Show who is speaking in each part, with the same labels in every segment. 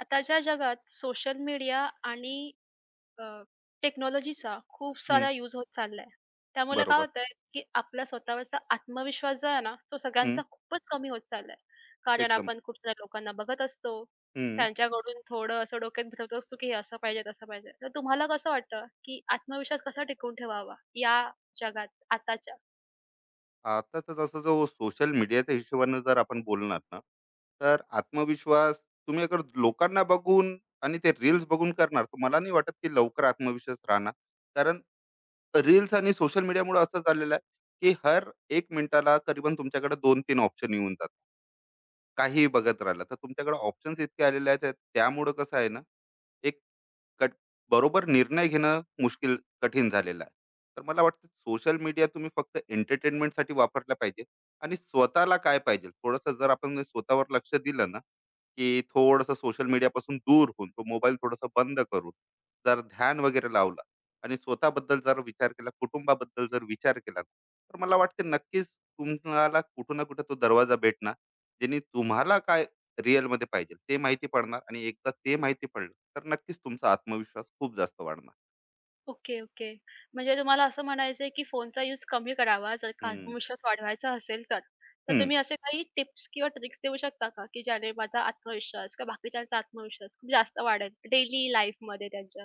Speaker 1: आताच्या जगात social media आणि अ, टेक्नॉलॉजीचा खूप
Speaker 2: हं,
Speaker 1: सारा यूज होत चाललाय. त्यामुळे काय
Speaker 2: बरोबर.
Speaker 1: होतंय, की आपला स्वतःवरचा आत्मविश्वास जो आहे ना, तो
Speaker 2: हं,
Speaker 1: सगळ्यांचा खूपच कमी होत चाललाय. कारण
Speaker 2: एकदम.
Speaker 1: आपण खूप साऱ्या लोकांना बघत असतो.
Speaker 2: हं.
Speaker 1: त्यांच्याकडून थोडं असं डोक्यात भरवत असतो, की हे असं पाहिजे, तसं पाहिजे. तर तुम्हाला कसं वाटतं, की आत्मविश्वास कसा टिकवून ठेवावा या जगात आताच्या?
Speaker 2: आताचा जसं जो सोशल मीडियाच्या हिशोबानं जर आपण बोलणार ना, तर आत्मविश्वास तुम्ही अगर लोकांना बघून आणि ते रील्स बघून करणार, तर मला नाही वाटत की लवकर आत्मविश्वास राहणार. कारण रील्स आणि सोशल मीडियामुळे असं झालेलं आहे, की हर एक मिनिटाला करीबन तुमच्याकडे 2-3 ऑप्शन येऊन जातात. काहीही बघत राहिला, तर तुमच्याकडे ऑप्शन्स इतके आलेले आहेत, त्यामुळं कसं आहे ना, कट बरोबर निर्णय घेणं मुश्किल, कठीण झालेलं आहे. तर मला वाटतं सोशल मीडिया तुम्ही फक्त एंटरटेनमेंटसाठी वापरला पाहिजे आणि स्वतःला काय पाहिजे, थोडंसं जर आपण स्वतःवर लक्ष दिलं ना, की थोडंसं सोशल मीडियापासून दूर होऊन तो मोबाईल थोडासा बंद करून जर ध्यान वगैरे लावला आणि स्वतःबद्दल जर विचार केला, कुटुंबाबद्दल जर विचार केला ना, तर मला वाटतं नक्कीच तुम्हाला कुठं ना कुठं तो दरवाजा भेटणार. ज्याने तुम्हाला काय रिअलमध्ये पाहिजे ते माहिती पडणार, आणि एकदा ते माहिती पडलं, तर नक्कीच तुमचा आत्मविश्वास खूप जास्त वाढणार.
Speaker 1: Okay, okay. म्हणजे तुम्हाला असं म्हणायचंय, की फोनचा युज कमी करावा जर का
Speaker 2: हं,
Speaker 1: आत्मविश्वास वाढवायचा असेल तर. तर
Speaker 2: हं.
Speaker 1: तुम्ही असे काही टिप्स किंवा ट्रिक्स देऊ शकता का, की ज्याने माझा आत्मविश्वास किंवा बाकीच्यांचा आत्मविश्वास खूप जास्त वाढेल डेली लाईफमध्ये त्यांच्या?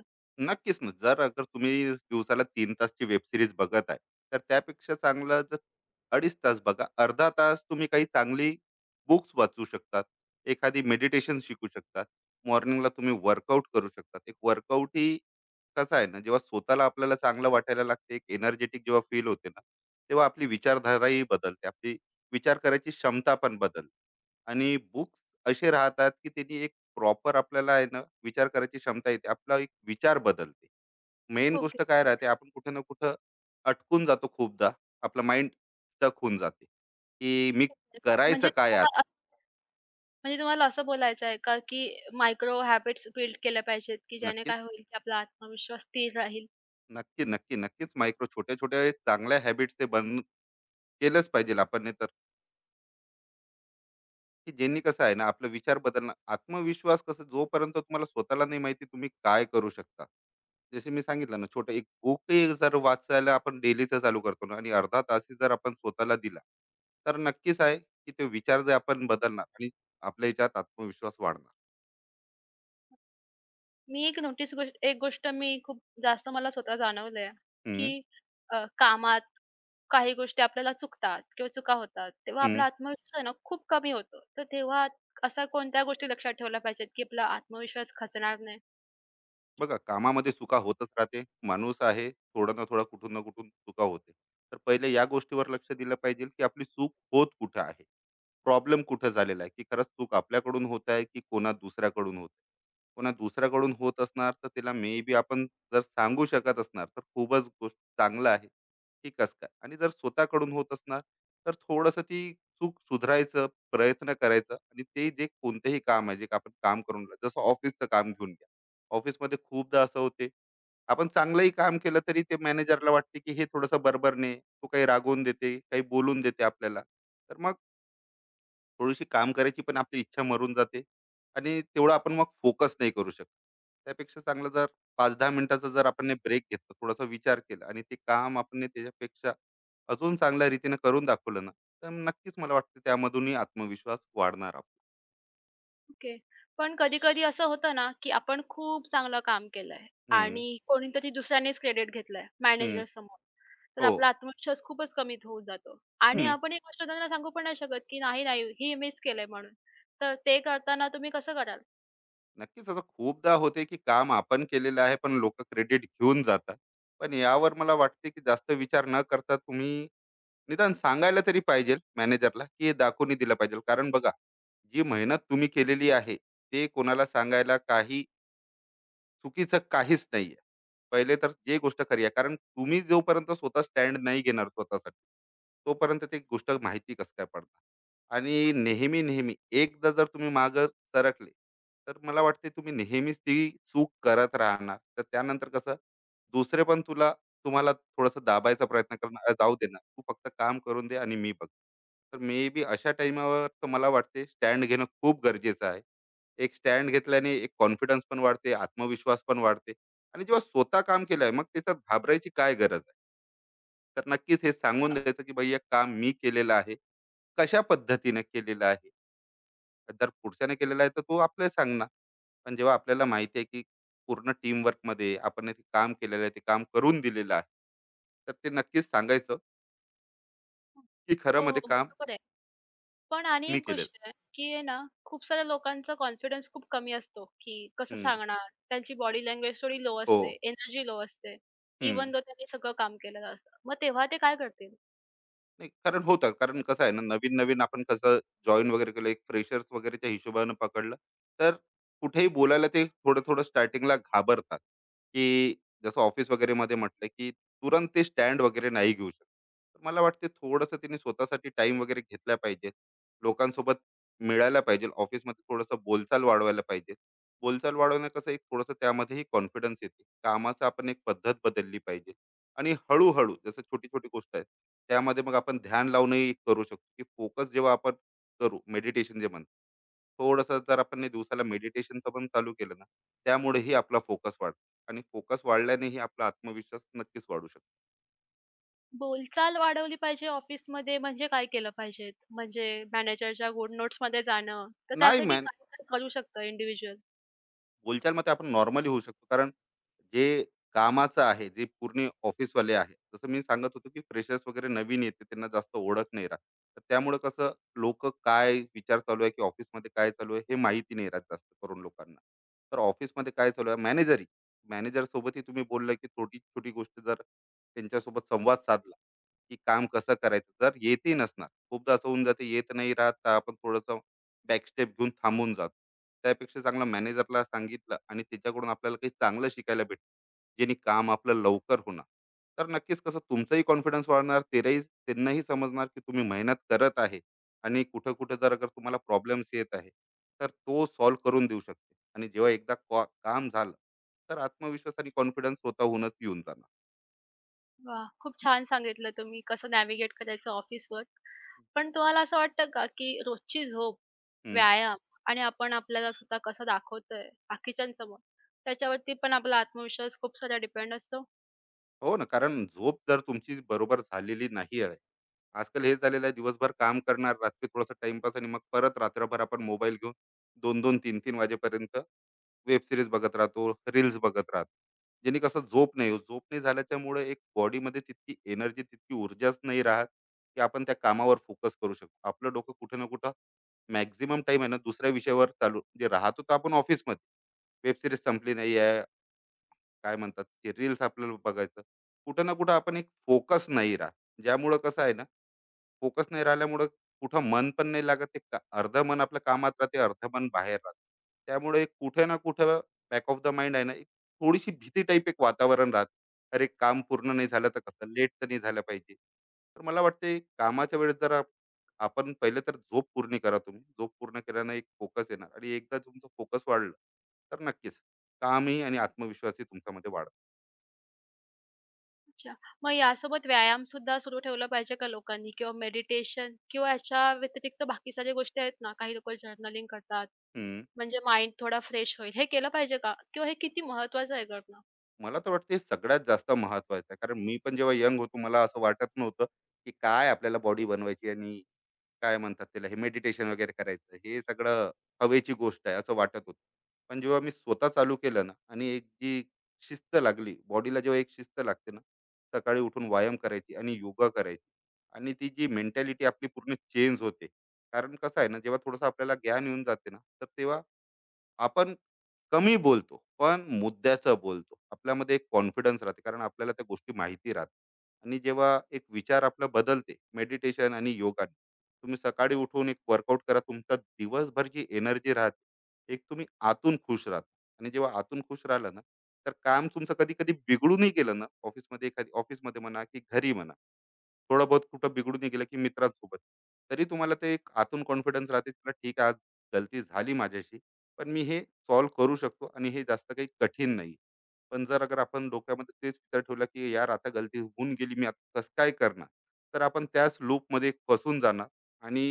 Speaker 2: नक्कीच ना. जर अगर तुम्ही दिवसाला 3 तासची वेब सीरीज बघत आहे, तर त्यापेक्षा चांगलं जर 2.5 तास बघा. अर्धा तास तुम्ही काही चांगली बुक्स वाचू शकतात. एखादी मेडिटेशन शिकू शकतात. मॉर्निंगला तुम्ही वर्कआउट करू शकतात. एक वर्कआउट ही कसं आहे ना, जेव्हा स्वतःला आपल्याला चांगलं वाटायला लागते, एक एनर्जेटिक जेव्हा फील होते ना, तेव्हा आपली विचारधाराही बदलते. आपली विचार करायची क्षमता पण बदलते. आणि बुक्स असे राहतात, की त्यांनी एक प्रॉपर आपल्याला आहे ना विचार करायची क्षमता येते. आपला एक विचार बदलते. Main
Speaker 1: okay.
Speaker 2: गोष्ट काय राहते, आपण कुठे ना कुठं अटकून जातो खूपदा. आपला माइंड स्टक होऊन जाते, की मी करायचं
Speaker 1: म्हणजे
Speaker 2: काय
Speaker 1: तुम्हाला
Speaker 2: आता?
Speaker 1: अ- म्हणजे तुम्हाला असं बोलायचं आहे का, की मायक्रो हॅबिट्स बिल्ड केल्या पाहिजेत, की ज्याने
Speaker 2: नक्कीच,
Speaker 1: काय होईल, की आपला आत्मविश्वास स्थिर राहील.
Speaker 2: नक्की, नक्की, नक्कीच मायक्रो, छोट्या-छोट्या चांगल्या हॅबिट्स ते केलंच पाहिजे आपण, नाही तर की ज्यांनी कसं आहे ना आपला विचार बदलणं, आत्मविश्वास कसं, जोपर्यंत तुम्हाला स्वतःला नाही माहिती तुम्ही काय करू शकता. जसे मी सांगितलं ना, छोटं एक बुकही जर वाचायला आपण डेलीचं चालू करतो ना आणि अर्धा तासही जर आपण स्वतःला दिला, तर नक्कीच आहे की ते विचार जे आपण बदलणार आणि आपल्या याच्यात आत्मविश्वास वाढणार.
Speaker 1: मी एक नोटीस एक गोष्ट मी खूप जास्त मला स्वतः जाणवलंय, की
Speaker 2: हम्म,
Speaker 1: कामात काही गोष्टी आपल्याला चुकतात किंवा चुका होतात, तेव्हा
Speaker 2: हम्म.
Speaker 1: आपला आत्मविश्वास आहे ना खूप कमी होतो. तर तेव्हा असा कोणत्या गोष्टी लक्षात ठेवल्या पाहिजेत, की आपला आत्मविश्वास खचणार नाही?
Speaker 2: बघा, कामामध्ये चुका होतच राहते. माणूस आहे, थोडं ना थोडं कुठून ना कुठून चुका होते. तर पहिले या गोष्टीवर लक्ष दिलं पाहिजे, की आपली चूक होत कुठं आहे, प्रॉब्लेम कुठं झालेला आहे, की खरंच चूक आपल्याकडून होत आहे, की कोणा दुसऱ्याकडून होत आहे. कोणा दुसऱ्याकडून होत असणार, तर त्याला मे बी आपण जर सांगू शकत असणार, तर खूपच गोष्ट चांगलं आहे, की कसं काय? आणि जर स्वतःकडून होत असणार, तर थोडंसं ती चूक सुधारायचं प्रयत्न करायचा आणि ते जे कोणतेही काम आहे, जे आपण काम करून राहिलो. जसं ऑफिसचं काम घेऊन घ्या. ऑफिसमध्ये खूपदा असं होते, आपण चांगलंही काम केलं, तरी ते मॅनेजरला वाटते, की हे थोडंसं बडबडणे, तो काही रागवून देते, काही बोलून देते आपल्याला. तर मग थोडीशी काम करायची पण आपली इच्छा मरून जाते आणि तेवढं आपण मग फोकस नाही करू शकत. त्यापेक्षा चांगलं जर 5-10 मिनिटाचा जर आपण ब्रेक घेतला, थोडासा विचार केला आणि ते काम आपण ने त्याच्यापेक्षा अजून चांगल्या रीतीने करून दाखवलं ना, तर नक्कीच मला वाटतं त्यामधूनही आत्मविश्वास वाढणार आपला.
Speaker 1: ओके. पण कधी-कधी असं होतं ना, की आपण खूप चांगलं काम केलंय
Speaker 2: हं,
Speaker 1: आणि कोणीतरी दुसऱ्यानेच क्रेडिट घेतलंय
Speaker 2: हं.
Speaker 1: मॅनेजरसमोर. तर
Speaker 2: हो.
Speaker 1: आपला आत्मविश्वास खूपच कमी होऊन जातो आणि
Speaker 2: हं.
Speaker 1: आपण ही गोष्ट त्यांना सांगू पण नाही शकत, की "नाही, नाही, हे मीच केलंय म्हणून." तर ते करताना तुम्ही कसं कराल?
Speaker 2: नक्कीच असं खूपदा होते, की काम आपण केलेलं आहे, पण लोकं क्रेडिट घेऊन जातात. पण यावर मला वाटते, की जास्त विचार न करता तुम्ही निदान सांगायला तरी पाहिजे मॅनेजरला, की हे दाखवून दिलं पाहिजे. कारण बघा, जी मेहनत तुम्ही केलेली आहे, ते कोणाला सांगायला काही चुकीचं काहीच नाहीये. पहिले तर जे गोष्ट खरी आहे. कारण तुम्ही जोपर्यंत स्वतः स्टँड नाही घेणार स्वतःसाठी, तोपर्यंत ती गोष्ट माहिती कसं काय पडणार? आणि नेहमी, नेहमी एकदा जर तुम्ही मागे सरकले, तर मला वाटते तुम्ही नेहमीच ती चूक करत राहणार. तर त्यानंतर कसं, दुसरे पण तुम्हाला थोडंसं दाबायचा प्रयत्न करणार, "अ, जाऊ दे ना. तू फक्त काम करून दे आणि मी बघतो." तर मे बी अशा टाईमावर तर मला वाटते स्टँड घेणं खूप गरजेचं आहे. एक स्टँड घेतल्याने एक कॉन्फिडन्स पण वाढते, आत्मविश्वास पण वाढते, आणि जेव्हा स्वतः काम केलंय मग त्याच्यात घाबरायची काय गरज आहे? तर नक्कीच हे
Speaker 1: अ,
Speaker 2: सांगून द्यायचं, की "भैया, काम मी केलेलं आहे. कशा पद्धतीने केलेलं आहे." जर पुढच्याने केलेलं आहे, तर तो आपल्याला सांगणार. पण जेव्हा आपल्याला माहिती आहे, की पूर्ण टीमवर्कमध्ये आपण ते काम केलेलं आहे, ते काम करून दिलेलं आहे. तर ते नक्कीच सांगायचं, की खरं
Speaker 1: हो, हो.
Speaker 2: मध्ये काम
Speaker 1: बरोबर आहे. पण आणि
Speaker 2: मी
Speaker 1: एक
Speaker 2: केलेलं.
Speaker 1: गोष्ट आहे, की आहे ना, खूप साऱ्या लोकांचा कॉन्फिडन्स खूप कमी असतो, की कसं
Speaker 2: हं.
Speaker 1: सांगणार? त्यांची बॉडी लँग्वेज थोडी लो
Speaker 2: हो.
Speaker 1: असते, एनर्जी लो असते.
Speaker 2: हं.
Speaker 1: इव्हन दो त्यांनी सगळं काम केलेलं असतं. मग तेव्हा ते काय करतील?
Speaker 2: नाही कारण होतं. कारण कसं आहे ना, नवीन-नवीन आपण कसं जॉइन वगैरे केलं, एक फ्रेशर्स वगैरेच्या हिशोबानं पकडलं, तर कुठेही बोलायला ते थोडं-थोडं स्टार्टिंगला घाबरतात, की जसं ऑफिस वगैरेमध्ये म्हटलं, की तुरंत ते स्टँड वगैरे नाही घेऊ शकत. तर मला वाटते थोडंसं त्यांनी स्वतःसाठी टाइम वगैरे घेतला पाहिजे. लोकांसोबत मिळायला पाहिजे. ऑफिसमध्ये थोडंसं बोलचाल वाढवायला पाहिजे. बोलचाल वाढवणं कसं, एक थोडंसं त्यामध्येही कॉन्फिडन्स येते. कामाचं आपण एक पद्धत बदलली पाहिजे आणि हळू, जसं छोटी-छोटी गोष्ट आहे, त्यामध्ये मग आपण ध्यान लावूनही करू शकतो, की फोकस जेव्हा आपण करू, मेडिटेशन जे म्हणतो. थोडंसं जर आपण हे दिवसाला मेडिटेशनचं पण चालू केलं ना, त्यामुळेही आपला फोकस वाढतो आणि फोकस वाढल्यानेही आपला आत्मविश्वास नक्कीच वाढू शकतो.
Speaker 1: बोलचाल वाढवली पाहिजे ऑफिसमध्ये म्हणजे काय केलं पाहिजे? म्हणजे मॅनेजरच्या गुड नोट्समध्ये जाणं, तर
Speaker 2: नाही,
Speaker 1: त्यासाठी काय-काय करू शकतं इंडिव्हिज्युअल?
Speaker 2: बोलचालमध्ये आपण नॉर्मली होऊ शकतो, कारण जे कामाचं आहे, जे पूर्ण ऑफिसवाले आहे, जसं मी सांगत होतो की फ्रेशर्स वगैरे नवीन येते, त्यांना जास्त ओळख नाही राहत. तर त्यामुळे कसं, लोक काय विचार चालू आहे, की ऑफिसमध्ये काय चालू आहे, हे माहिती नाही राहत जास्त करून लोकांना. तर ऑफिसमध्ये काय चालू आहे, मॅनेजर सोबतही तुम्ही बोललं, की छोटी छोटी गोष्ट जर त्यांच्यासोबत संवाद साधला, की काम कसं करायचं जर येतही नसणार, खूपदा असं होऊन जाते, येत नाही राहत, तर आपण थोडंसं बॅकस्टेप घेऊन थांबून जातो. त्यापेक्षा चांगलं मॅनेजरला सांगितलं आणि त्याच्याकडून आपल्याला काही चांगलं शिकायला भेटेल, जेणे काम आपलं लवकर होणार. तर नक्कीच कसं तुमचाही कॉन्फिडन्स वाढणार, तेराही त्यांनाही समजणार की तुम्ही मेहनत करत आहे, आणि कुठं कुठं जर अगर तुम्हाला प्रॉब्लेम्स येत आहे, तर तो सॉल्व्ह करून देऊ शकते, आणि जेव्हा एकदा काम झालं, तर आत्मविश्वास आणि कॉन्फिडन्स स्वतःहूनच येऊन जाणार.
Speaker 1: वाह! खूप छान सांगितलं तुम्ही कसं नॅव्हिगेट करायचं ऑफिसवर. पण तुम्हाला असं वाटतं का, की रोजची झोप
Speaker 2: हम्म.
Speaker 1: व्यायाम आणि आपण आपल्याला स्वतः कसं दाखवतोय बाकीच्यांसमोर, त्याच्यावरती पण आपला आत्मविश्वास खूप सारा डिपेंड असतो.
Speaker 2: हो ना, कारण झोप जर तुमची बरोबर झालेली नाही आहे. आजकाल हे झालेलं आहे, दिवसभर काम करणार, रात्री थोडासा टाईमपास आणि मग परत रात्रभर आपण मोबाईल घेऊन 2 दोन 3 तीन वाजेपर्यंत वेब सीरीज बघत राहतो, रील्स बघत राहतो. ज्याने कसं झोप नाही होत. झोप नाही झाल्याच्यामुळे एक बॉडीमध्ये तितकी एनर्जी, तितकी ऊर्जाच नाही राहत, की आपण त्या कामावर फोकस करू शकतो. आपलं डोकं कुठे ना कुठं मॅक्सिमम टाईम आहे ना दुसऱ्या विषयावर चालू म्हणजे राहतो तर आपण ऑफिसमध्ये. वेब सीरीज संपली नाही आहे, काय म्हणतात ते रील्स आपल्याला बघायचं. कुठं ना कुठं आपण एक फोकस नाही राहत. ज्यामुळं कसं आहे ना, फोकस नाही राहिल्यामुळं कुठं मन पण नाही लागत. ते का अर्धं मन आपलं कामात राहते, अर्धं मन बाहेर राहते. त्यामुळे एक कुठे ना कुठं बॅक ऑफ द माइंड आहे ना, एक थोडीशी भीती टाइप एक वातावरण राहते. अरे, काम पूर्ण नाही झालं तर कसं? लेट तर नाही झालं पाहिजे. तर मला वाटते कामाच्या वेळेस जरा आपण पहिले तर झोप पूर्ण करा तुम्ही. झोप पूर्ण केल्यानं एक फोकस येणार आणि एकदा तुमचा फोकस वाढला, तर नक्कीच कामही आणि आत्मविश्वासही तुमच्यामध्ये वाढेल.
Speaker 1: अच्छा. मग यासोबत व्यायाम सुद्धा सुरू ठेवला पाहिजे का लोकांनी किंवा मेडिटेशन किंवा याच्या व्यतिरिक्त बाकी साऱ्या गोष्टी आहेत ना, काही लोकं जर्नलिंग करतात, म्हणजे माइंड थोडा फ्रेश होईल. हे केलं पाहिजे का? किंवा हे किती महत्त्वाचं आहे करणं?
Speaker 2: मला तर वाटतं हे सगळ्यात जास्त महत्वाचं आहे. कारण मी पण जेव्हा यंग होतो, मला असं वाटत नव्हतं, की काय आपल्याला बॉडी बनवायची आणि काय म्हणतात त्याला हे मेडिटेशन वगैरे करायचं. हे सगळं हवेची गोष्ट आहे असं वाटत होतं. पण जेव्हा मी स्वतः चालू केलं ना, आणि एक जी शिस्त लागली, बॉडीला जेव्हा एक शिस्त लागते ना, सकाळी उठून व्यायाम करायची आणि योगा करायची, आणि ती जी मेंटॅलिटी आपली पूर्ण चेंज होते. कारण कसं आहे ना, जेव्हा थोडंसं आपल्याला ज्ञान येऊन जाते ना, तर तेव्हा आपण कमी बोलतो, पण मुद्द्याचं बोलतो. आपल्यामध्ये एक कॉन्फिडन्स राहते, कारण आपल्याला त्या गोष्टी माहिती राहतात. आणि जेव्हा एक विचार आपला बदलते मेडिटेशन आणि योगाने, तुम्ही सकाळी उठून एक वर्कआउट करा. तुमचा दिवसभर जी एनर्जी राहते, एक तुम्ही आतून खुश राहता, आणि जेव्हा आतून खुश राहिलं ना, तर काम तुमचं कधी-कधी बिघडूनही गेलं ना, ऑफिसमध्ये एखादी, ऑफिसमध्ये म्हणा की घरी म्हणा, थोडं बहुत कुठं बिघडूनही गेलं की मित्रांसोबत, तरी तुम्हाला ते एक आतून कॉन्फिडन्स राहते, चला ठीक आहे, आज गलती झाली माझ्याशी, पण मी हे सॉल्व्ह करू शकतो आणि हे जास्त काही कठीण नाही. पण जर अगर आपण डोक्यामध्ये तेच विचार ठेवला की यार आता गलती होऊन गेली, मी आता कसं काय करणार? तर आपण त्याच लूपमध्ये फसून जाणार, आणि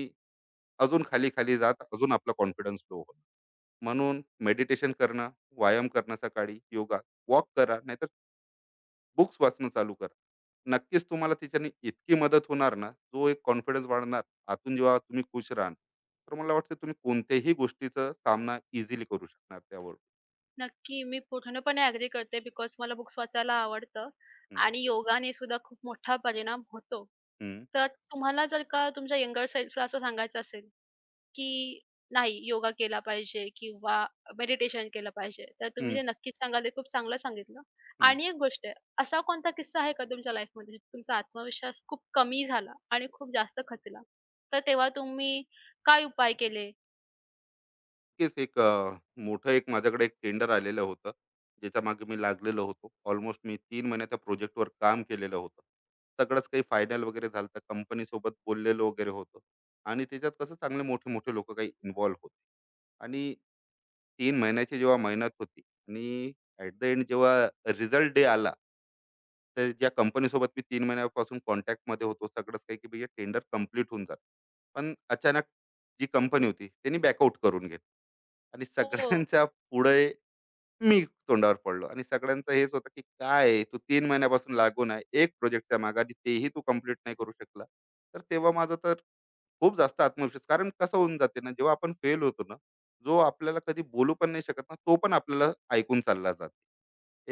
Speaker 2: अजून खाली-खाली जात अजून आपला कॉन्फिडन्स लो होणार. म्हणून मेडिटेशन करणं, व्यायाम करणं सकाळी, योगा, वॉक करा, नाहीतर बुक्स वाचणं चालू करा. नक्कीच तुम्हाला त्याच्याने इतकी मदत होणार ना, जो एक कॉन्फिडन्स वाढणार. आतून जेव्हा तुम्ही खुश राहाल, तर मला वाटतं तुम्ही कोणत्याही गोष्टीचा सामना इझिली करू शकणार त्यावर.
Speaker 1: नक्की. मी पूर्णपणे ॲग्री करते बिकॉज मला बुक्स वाचायला आवडतं
Speaker 2: हम्म,
Speaker 1: आणि योगाने सुद्धा खूप मोठा परिणाम होतो.
Speaker 2: हम्म,
Speaker 1: तर तुम्हाला जर का तुमच्या यंगर सेल्फला असं सांगायचं असेल की नाही योगा केला पाहिजे किंवा मेडिटेशन केलं पाहिजे. तर तुम्ही
Speaker 2: हम्म,
Speaker 1: ते नक्कीच सांगाल, ते खूप चांगलं सांगितलं.
Speaker 2: हम्म.
Speaker 1: आणि एक गोष्ट आहे, असा कोणता किस्सा आहे का तुमच्या लाईफमध्ये जिथे तुमचा आत्मविश्वास खूप कमी झाला आणि खूप जास्त खचला? तर तेव्हा तुम्ही काय उपाय केले?
Speaker 2: नक्कीच. एक मोठं, एक माझ्याकडे एक टेंडर आलेलं होतं, ज्याच्या मागे मी लागलेलो होतो. ऑलमोस्ट मी 3 महिने त्या प्रोजेक्टवर काम केलेलं होतं, सगळंच काही फायनल वगैरे झालं, तर कंपनीसोबत बोललेलो वगैरे होतं, आणि त्याच्यात कसं चांगले मोठे मोठे लोक काही इन्व्हॉल्व्ह होते, आणि 3 महिन्याची जेव्हा मेहनत होती, आणि ॲट द एंड जेव्हा रिझल्ट डे आला, तर ज्या कंपनीसोबत मी 3 महिन्यापासून कॉन्टॅक्टमध्ये होतो, सगळंच काही की भैया टेंडर कंप्लीट होऊन जातं. पण अचानक जी कंपनी होती, त्यांनी बॅकआउट करून घेतलं, आणि
Speaker 1: हो,
Speaker 2: सगळ्यांच्या पुढे मी तोंडावर पडलो, आणि सगळ्यांचं हेच होतं की, "काय आहे, तू 3 महिन्यापासून लागून आहे, एक प्रोजेक्टच्या मागे, आणि तेही तू कंप्लीट नाही करू शकला." तर तेव्हा माझं तर खूप जास्त आत्मविश्वास, कारण कसं होऊन जाते ना, जेव्हा आपण फेल होतो ना, जो आपल्याला कधी बोलू पण नाही शकत ना, तो पण आपल्याला ऐकून चालला जाते.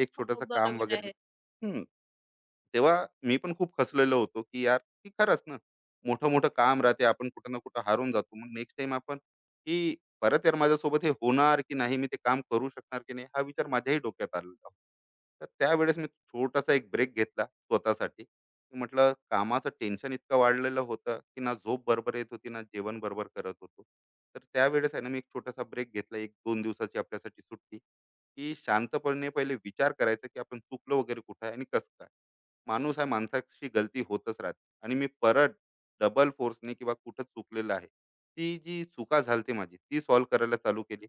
Speaker 2: एक
Speaker 1: हो,
Speaker 2: छोटंसं काम
Speaker 1: बरोबर
Speaker 2: वगैरे नाही.
Speaker 1: आहे.
Speaker 2: हम्म. तेव्हा मी पण खूप खचलेलो होतो, की यार, की खरंच ना, मोठं मोठं काम राहते, आपण कुठं ना कुठं हारून जातो, मग नेक्स्ट टाइम आपण की परत, यार माझ्यासोबत हे होणार की नाही, मी ते काम करू शकणार की नाही, हा विचार माझ्याही डोक्यात आलेला होता. तर त्यावेळेस मी छोटासा एक ब्रेक घेतला स्वतःसाठी, की म्हटलं कामाचं टेन्शन इतकं वाढलेलं होतं, की ना झोप बरोबर येत होती, ना जेवण बरोबर करत होतो. तर त्यावेळेस आहे ना, मी एक छोटासा ब्रेक घेतला, एक दोन दिवसाची आपल्यासाठी सुट्टी, की शांतपणे पहिले विचार करायचा की आपण चुकलो वगैरे कुठं आहे आणि कसं काय. माणूस आहे, माणसाची गलती होतच राहते. आणि मी परत डबल फोर्सने, किंवा कुठं चुकलेलं आहे ती जी चुका झालती माझी, ती सॉल्व्ह करायला चालू केली.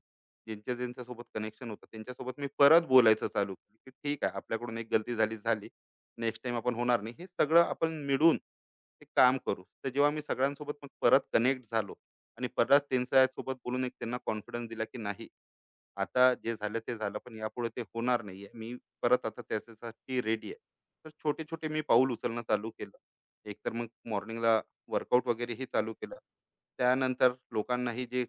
Speaker 2: ज्यांच्या ज्यांच्यासोबत कनेक्शन होतं त्यांच्यासोबत मी परत बोलायचं चालू केलं, की ठीक आहे, आपल्याकडून एक गलती झाली झाली नेक्स्ट टाइम आपण होणार नाही, हे सगळं आपण मिळून ते काम करू. तर जेव्हा मी सगळ्यांसोबत मग परत कनेक्ट झालो, आणि परत त्यांच्यासोबत बोलून एक त्यांना कॉन्फिडन्स दिला, की नाही, आता जे झालं ते झालं, पण यापुढे ते होणार नाहीये. मी परत आता त्याच्यासाठी रेडी आहे. तर छोटे-छोटे मी पाऊल उचलणं चालू केलं. एकतर मग मॉर्निंगला वर्कआउट वगैरे हे चालू केलं. त्यानंतर लोकांनाही जे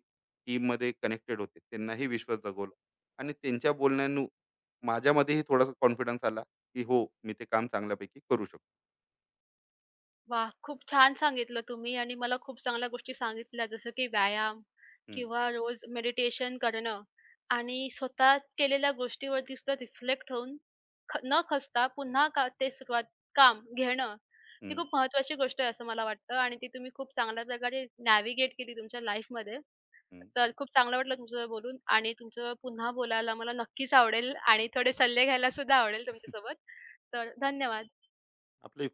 Speaker 2: टीममध्ये कनेक्टेड होते, त्यांनाही विश्वास जगवला, आणि त्यांच्या बोलण्यानु माझ्यामध्येही थोडासा कॉन्फिडन्स आला, की हो, मी ते काम चांगल्यापैकी करू शकतो.
Speaker 1: वाह! खूप छान सांगितलं तुम्ही आणि मला खूप चांगल्या गोष्टी सांगितल्या जसं की व्यायाम
Speaker 2: हं,
Speaker 1: किंवा रोज मेडिटेशन करणं आणि स्वतः केलेल्या गोष्टीवरती सुद्धा रिफ्लेक्ट होऊन न खचता पुन्हा का ते सुरुवात काम घेणं, ही
Speaker 2: हं,
Speaker 1: खूप महत्त्वाची गोष्ट आहे असं मला वाटतं आणि ती तुम्ही खूप चांगल्या प्रकारे नॅव्हिगेट केली तुमच्या लाईफमध्ये.
Speaker 2: हं.
Speaker 1: तर खूप चांगलं वाटलं तुमचं बोलून आणि तुमचं पुन्हा बोलायला मला नक्कीच आवडेल आणि थोडे सल्ले घ्यायला सुद्धा आवडेल तुमच्यासोबत. तर धन्यवाद.
Speaker 2: आपली